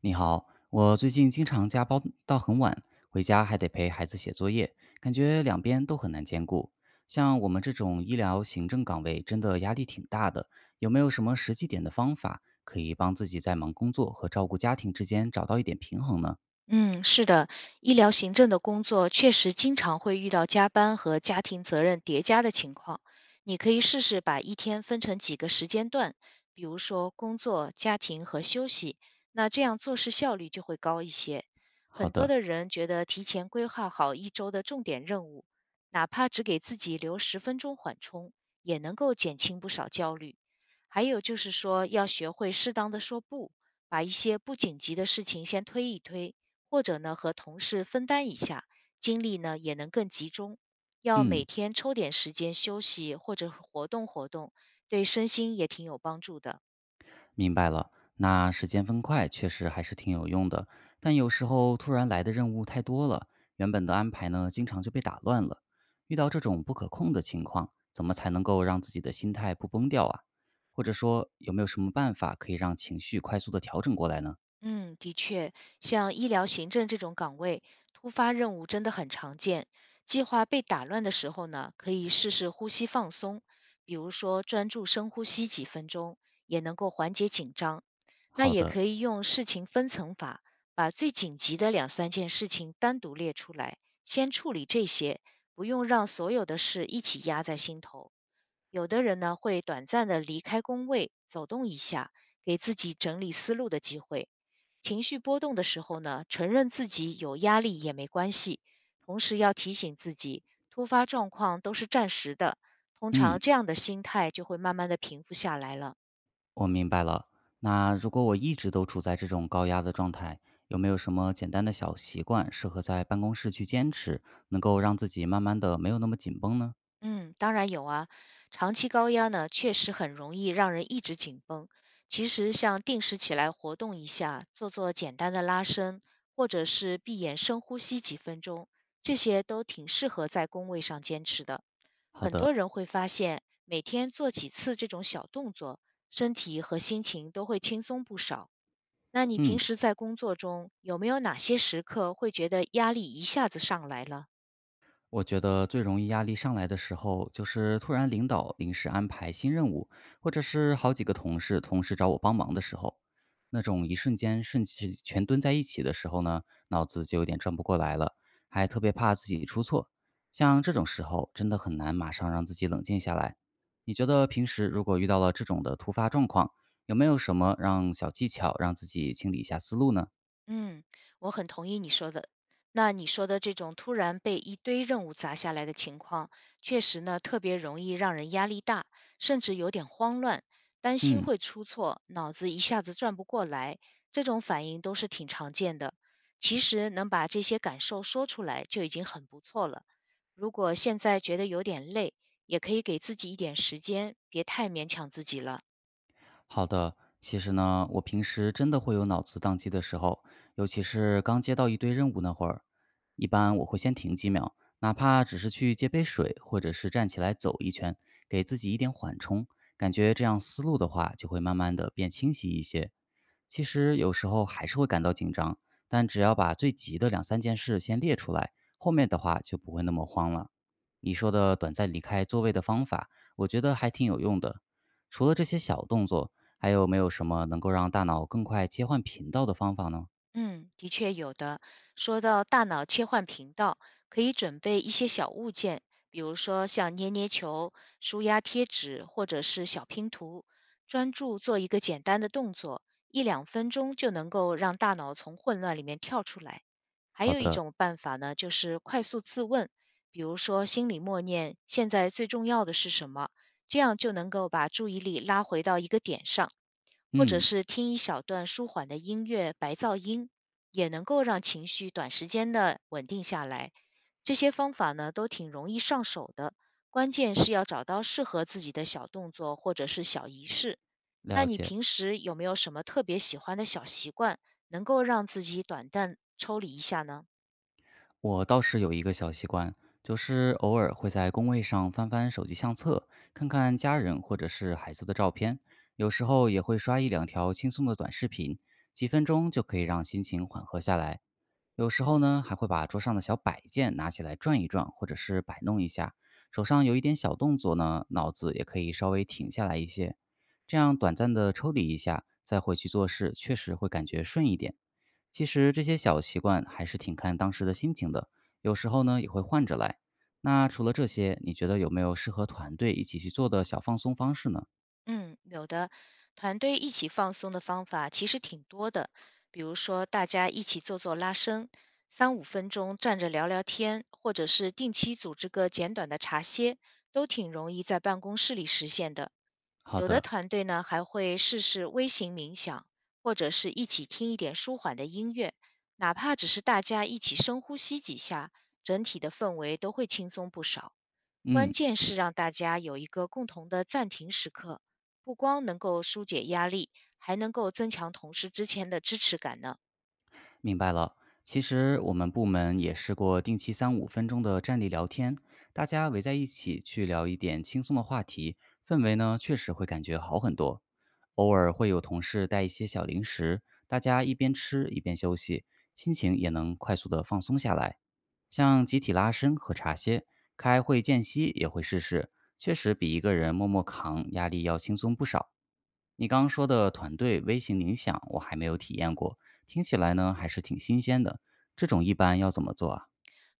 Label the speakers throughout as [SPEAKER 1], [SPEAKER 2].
[SPEAKER 1] 你好，我最近经常加班到很晚，回家还得陪孩子写作业，感觉两边都很难兼顾。像我们这种医疗行政岗位，真的压力挺大的。有没有什么实际点的方法，可以帮自己在忙工作和照顾家庭之间找到一点平衡呢？
[SPEAKER 2] 嗯，是的，医疗行政的工作确实经常会遇到加班和家庭责任叠加的情况。你可以试试把一天分成几个时间段，比如说工作、家庭和休息，那这样做事效率就会高一些。
[SPEAKER 1] 好
[SPEAKER 2] 很多
[SPEAKER 1] 的，
[SPEAKER 2] 的人觉得提前规划好一周的重点任务，哪怕只给自己留10分钟缓冲，也能够减轻不少焦虑。还有就是说，要学会适当的说不，把一些不紧急的事情先推一推。或者呢和同事分担一下，精力呢也能更集中。要每
[SPEAKER 1] 嗯。
[SPEAKER 2] 天抽点时间休息或者活动活动，对身心也挺有帮助的。
[SPEAKER 1] 明白了，那时间分块确实还是挺有用的，但有时候突然来的任务太多了，原本的安排呢，经常就被打乱了。遇到这种不可控的情况，怎么才能够让自己的心态不崩掉啊？或者说，有没有什么办法可以让情绪快速的调整过来呢？
[SPEAKER 2] 嗯，的确，像医疗行政这种岗位，突发任务真的很常见。计划被打乱的时候呢，可以试试呼吸放松，比如说专注深呼吸几分钟，也能够缓解紧张。那
[SPEAKER 1] 好
[SPEAKER 2] 也
[SPEAKER 1] 的，
[SPEAKER 2] 可以用事情分层法，把最紧急的两三件事情单独列出来，先处理这些，不用让所有的事一起压在心头。有的人呢，会短暂的离开工位，走动一下，给自己整理思路的机会。情绪波动的时候呢，承认自己有压力也没关系，同时要提醒自己，突发状况都是暂时的。通常
[SPEAKER 1] 嗯，
[SPEAKER 2] 这样的心态就会慢慢的平复下来了。
[SPEAKER 1] 我明白了。那如果我一直都处在这种高压的状态，有没有什么简单的小习惯适合在办公室去坚持，能够让自己慢慢的没有那么紧绷呢？
[SPEAKER 2] 嗯，当然有啊。长期高压呢，确实很容易让人一直紧绷。其实像定时起来活动一下，做做简单的拉伸，或者是闭眼深呼吸几分钟，这些都挺适合在工位上坚持的。
[SPEAKER 1] 好
[SPEAKER 2] 很多
[SPEAKER 1] 的，
[SPEAKER 2] 人会发现，每天做几次这种小动作，身体和心情都会轻松不少。那你平
[SPEAKER 1] 嗯，
[SPEAKER 2] 时在工作中有没有哪些时刻会觉得压力一下子上来了？
[SPEAKER 1] 我觉得最容易压力上来的时候，就是突然领导临时安排新任务，或者是好几个同事同时找我帮忙的时候，那种一瞬间顺其全蹲在一起的时候呢，脑子就有点转不过来了，还特别怕自己出错。像这种时候，真的很难马上让自己冷静下来。你觉得平时如果遇到了这种的突发状况，有没有什么让小技巧让自己清理一下思路呢？
[SPEAKER 2] 嗯，我很同意你说的。那你说的这种突然被一堆任务砸下来的情况，确实呢，特别容易让人压力大，甚至有点慌乱，担心
[SPEAKER 1] 嗯。
[SPEAKER 2] 会出错，脑子一下子转不过来，这种反应都是挺常见的。其实能把这些感受说出来就已经很不错了。如果现在觉得有点累，也可以给自己一点时间，别太勉强自己了。
[SPEAKER 1] 好的，其实呢，我平时真的会有脑子宕机的时候，尤其是刚接到一堆任务那会儿，一般我会先停几秒，哪怕只是去接杯水，或者是站起来走一圈，给自己一点缓冲，感觉这样思路的话就会慢慢的变清晰一些。其实有时候还是会感到紧张，但只要把最急的两三件事先列出来，后面的话就不会那么慌了。你说的短暂离开座位的方法，我觉得还挺有用的。除了这些小动作，还有没有什么能够让大脑更快切换频道的方法呢？
[SPEAKER 2] 嗯，的确有的。说到大脑切换频道，可以准备一些小物件，比如说像捏捏球、舒压贴纸或者是小拼图，专注做一个简单的动作，一两分钟就能够让大脑从混乱里面跳出来。还
[SPEAKER 1] 好
[SPEAKER 2] 有一
[SPEAKER 1] 的，
[SPEAKER 2] 种办法呢，就是快速自问，比如说心里默念“现在最重要的是什么”，这样就能够把注意力拉回到一个点上。或者
[SPEAKER 1] 嗯，
[SPEAKER 2] 是听一小段舒缓的音乐白噪音，也能够让情绪短时间的稳定下来。这些方法呢，都挺容易上手的，关键是要找到适合自己的小动作或者是小仪式。那
[SPEAKER 1] 了
[SPEAKER 2] 你
[SPEAKER 1] 解。
[SPEAKER 2] 平时有没有什么特别喜欢的小习惯，能够让自己短暂抽离一下呢？
[SPEAKER 1] 我倒是有一个小习惯，就是偶尔会在工位上翻翻手机相册，看看家人或者是孩子的照片，有时候也会刷一两条轻松的短视频，几分钟就可以让心情缓和下来。有时候呢，还会把桌上的小摆件拿起来转一转，或者是摆弄一下。手上有一点小动作呢，脑子也可以稍微停下来一些。这样短暂的抽离一下，再回去做事，确实会感觉顺一点。其实这些小习惯还是挺看当时的心情的，有时候呢也会换着来。那除了这些，你觉得有没有适合团队一起去做的小放松方式呢？
[SPEAKER 2] 嗯，有的，团队一起放松的方法其实挺多的，比如说大家一起做做拉伸，3-5分钟站着聊聊天，或者是定期组织个简短的茶歇，都挺容易在办公室里实现的。
[SPEAKER 1] 好
[SPEAKER 2] 有的
[SPEAKER 1] 的，
[SPEAKER 2] 团队呢还会试试微型冥想，或者是一起听一点舒缓的音乐，哪怕只是大家一起深呼吸几下，整体的氛围都会轻松不少。关
[SPEAKER 1] 嗯。
[SPEAKER 2] 键是让大家有一个共同的暂停时刻，不光能够疏解压力，还能够增强同事之间的支持感呢。
[SPEAKER 1] 明白了。其实我们部门也试过定期三五分钟的站立聊天，大家围在一起去聊一点轻松的话题，氛围呢确实会感觉好很多。偶尔会有同事带一些小零食，大家一边吃一边休息，心情也能快速的放松下来。像集体拉伸和茶歇，开会间隙也会试试，确实比一个人默默扛压力要轻松不少。你刚刚说的团队微型冥想，我还没有体验过，听起来呢还是挺新鲜的。这种一般要怎么做啊？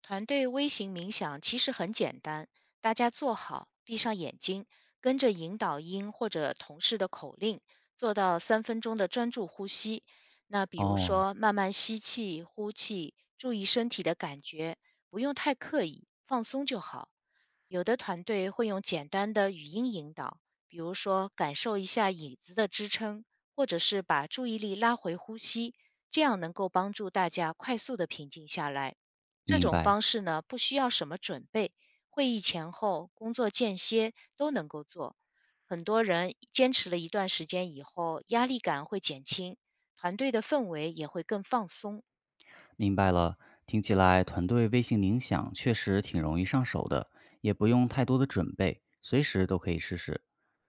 [SPEAKER 2] 团队微型冥想其实很简单，大家坐好，闭上眼睛，跟着引导音或者同事的口令，做到三分钟的专注呼吸。那比如
[SPEAKER 1] 哦，
[SPEAKER 2] 说，慢慢吸气、呼气，注意身体的感觉，不用太刻意，放松就好。有的团队会用简单的语音引导，比如说感受一下椅子的支撑，或者是把注意力拉回呼吸，这样能够帮助大家快速的平静下来。这
[SPEAKER 1] 明
[SPEAKER 2] 种
[SPEAKER 1] 白，
[SPEAKER 2] 方式呢，不需要什么准备，会议前后、工作间歇都能够做。很多人坚持了一段时间以后，压力感会减轻，团队的氛围也会更放松。
[SPEAKER 1] 明白了。听起来团队微型冥想确实挺容易上手的，也不用太多的准备，随时都可以试试。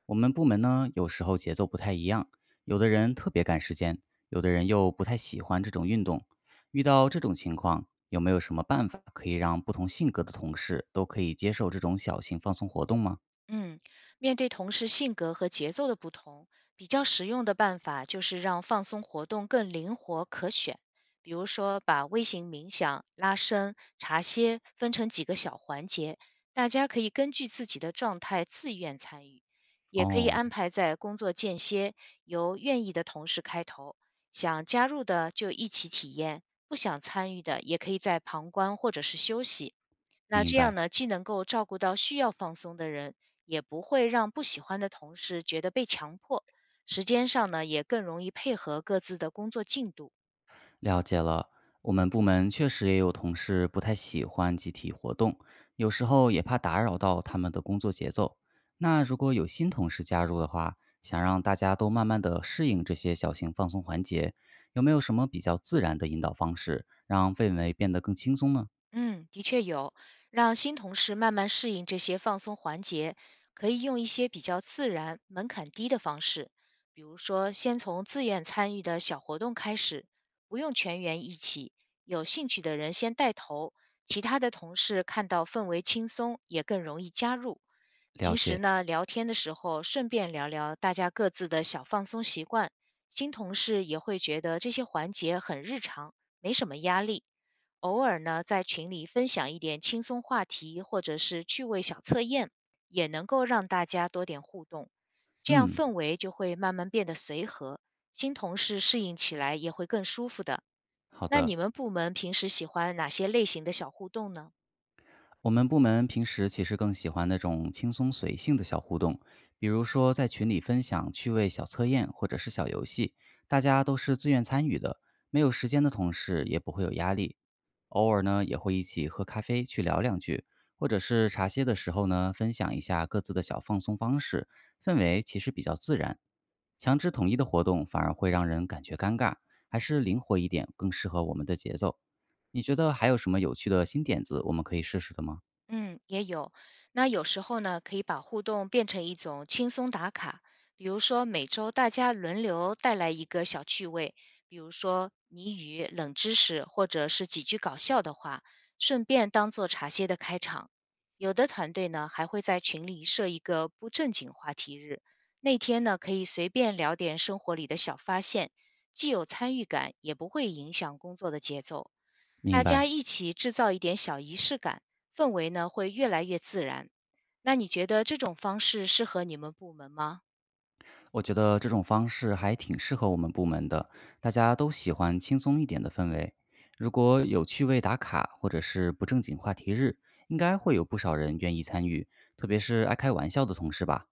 [SPEAKER 1] 我们部门呢，有时候节奏不太一样，有的人特别赶时间，有的人又不太喜欢这种运动。遇到这种情况，有没有什么办法可以让不同性格的同事都可以接受这种小型放松活动吗？
[SPEAKER 2] 嗯，面对同事性格和节奏的不同，比较实用的办法就是让放松活动更灵活可选。比如说，把微型冥想、拉伸、茶歇分成几个小环节，大家可以根据自己的状态自愿参与，也可以
[SPEAKER 1] 哦，
[SPEAKER 2] 安排在工作间歇，由愿意的同事开头，想加入的就一起体验，不想参与的也可以在旁观或者是休息。那
[SPEAKER 1] 明
[SPEAKER 2] 这样
[SPEAKER 1] 白，
[SPEAKER 2] 呢，既能够照顾到需要放松的人，也不会让不喜欢的同事觉得被强迫。时间上呢，也更容易配合各自的工作进度。
[SPEAKER 1] 了解了。我们部门确实也有同事不太喜欢集体活动，有时候也怕打扰到他们的工作节奏。那如果有新同事加入的话，想让大家都慢慢的适应这些小型放松环节，有没有什么比较自然的引导方式，让氛围变得更轻松呢？
[SPEAKER 2] 嗯，的确有，让新同事慢慢适应这些放松环节，可以用一些比较自然、门槛低的方式，比如说先从自愿参与的小活动开始，不用全员一起，有兴趣的人先带头，其他的同事看到氛围轻松，也更容易加入。
[SPEAKER 1] 了
[SPEAKER 2] 平时
[SPEAKER 1] 解，
[SPEAKER 2] 呢，聊天的时候顺便聊聊大家各自的小放松习惯，新同事也会觉得这些环节很日常，没什么压力。偶尔呢，在群里分享一点轻松话题或者是趣味小测验，也能够让大家多点互动，这样
[SPEAKER 1] 嗯，
[SPEAKER 2] 氛围就会慢慢变得随和，新同事适应起来也会更舒服的。
[SPEAKER 1] 好
[SPEAKER 2] 那
[SPEAKER 1] 的。
[SPEAKER 2] 你们部门平时喜欢哪些类型的小互动呢？
[SPEAKER 1] 我们部门平时其实更喜欢那种轻松随性的小互动，比如说在群里分享趣味小测验或者是小游戏，大家都是自愿参与的，没有时间的同事也不会有压力。偶尔呢，也会一起喝咖啡去聊两句，或者是茶歇的时候呢，分享一下各自的小放松方式，氛围其实比较自然。强制统一的活动反而会让人感觉尴尬，还是灵活一点更适合我们的节奏。你觉得还有什么有趣的新点子我们可以试试的吗？
[SPEAKER 2] 嗯，也有。那有时候呢，可以把互动变成一种轻松打卡，比如说每周大家轮流带来一个小趣味，比如说谜语、冷知识，或者是几句搞笑的话，顺便当做茶歇的开场。有的团队呢，还会在群里设一个不正经话题日，那天呢，可以随便聊点生活里的小发现，既有参与感，也不会影响工作的节奏。
[SPEAKER 1] 明
[SPEAKER 2] 大家
[SPEAKER 1] 白，
[SPEAKER 2] 一起制造一点小仪式感，氛围呢会越来越自然。那你觉得这种方式适合你们部门吗？
[SPEAKER 1] 我觉得这种方式还挺适合我们部门的，大家都喜欢轻松一点的氛围。如果有趣味打卡或者是不正经话题日，应该会有不少人愿意参与，特别是爱开玩笑的同事吧。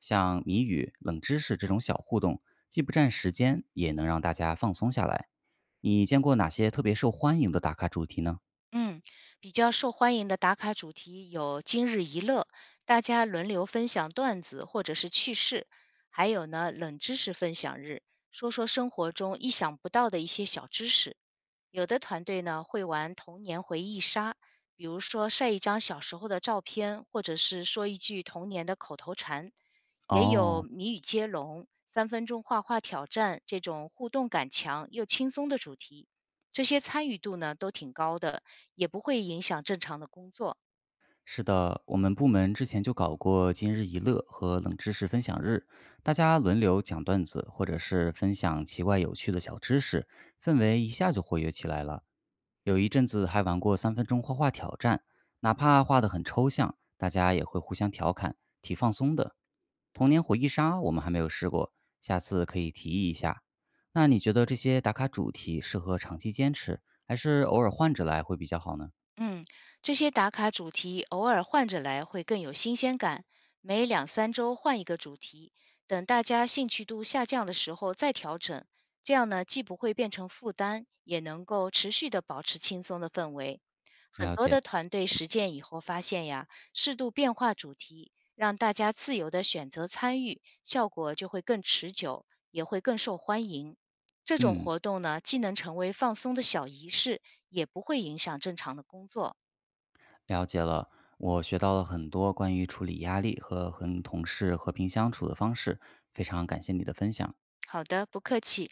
[SPEAKER 1] 像谜语、冷知识这种小互动，既不占时间，也能让大家放松下来。你见过哪些特别受欢迎的打卡主题呢？
[SPEAKER 2] 嗯，比较受欢迎的打卡主题有今日一乐，大家轮流分享段子或者是趣事，还有呢冷知识分享日，说说生活中意想不到的一些小知识。有的团队呢会玩童年回忆杀，比如说晒一张小时候的照片，或者是说一句童年的口头禅。也有
[SPEAKER 1] 哦，
[SPEAKER 2] 谜语接龙、三分钟画画挑战这种互动感强又轻松的主题，这些参与度呢都挺高的。也不会影响正常的工作。
[SPEAKER 1] 是的，我们部门之前就搞过今日一乐和冷知识分享日，大家轮流讲段子，或者是分享奇怪有趣的小知识，氛围一下就活跃起来了。有一阵子还玩过三分钟画画挑战，哪怕画得很抽象，大家也会互相调侃，挺放松的。童年回忆杀我们还没有试过，下次可以提议一下。那你觉得这些打卡主题适合长期坚持，还是偶尔换着来会比较好呢？
[SPEAKER 2] 嗯，这些打卡主题偶尔换着来会更有新鲜感，每两三周换一个主题，等大家兴趣度下降的时候再调整，这样呢既不会变成负担，也能够持续的保持轻松的氛围。很
[SPEAKER 1] 了
[SPEAKER 2] 多的
[SPEAKER 1] 解，
[SPEAKER 2] 团队实践以后发现呀，适度变化主题，让大家自由的选择参与，效果就会更持久，也会更受欢迎。这种
[SPEAKER 1] 嗯，
[SPEAKER 2] 活动呢，既能成为放松的小仪式，也不会影响正常的工作。
[SPEAKER 1] 了解了，我学到了很多关于处理压力和同事和平相处的方式，非常感谢你的分享。
[SPEAKER 2] 好的，不客气。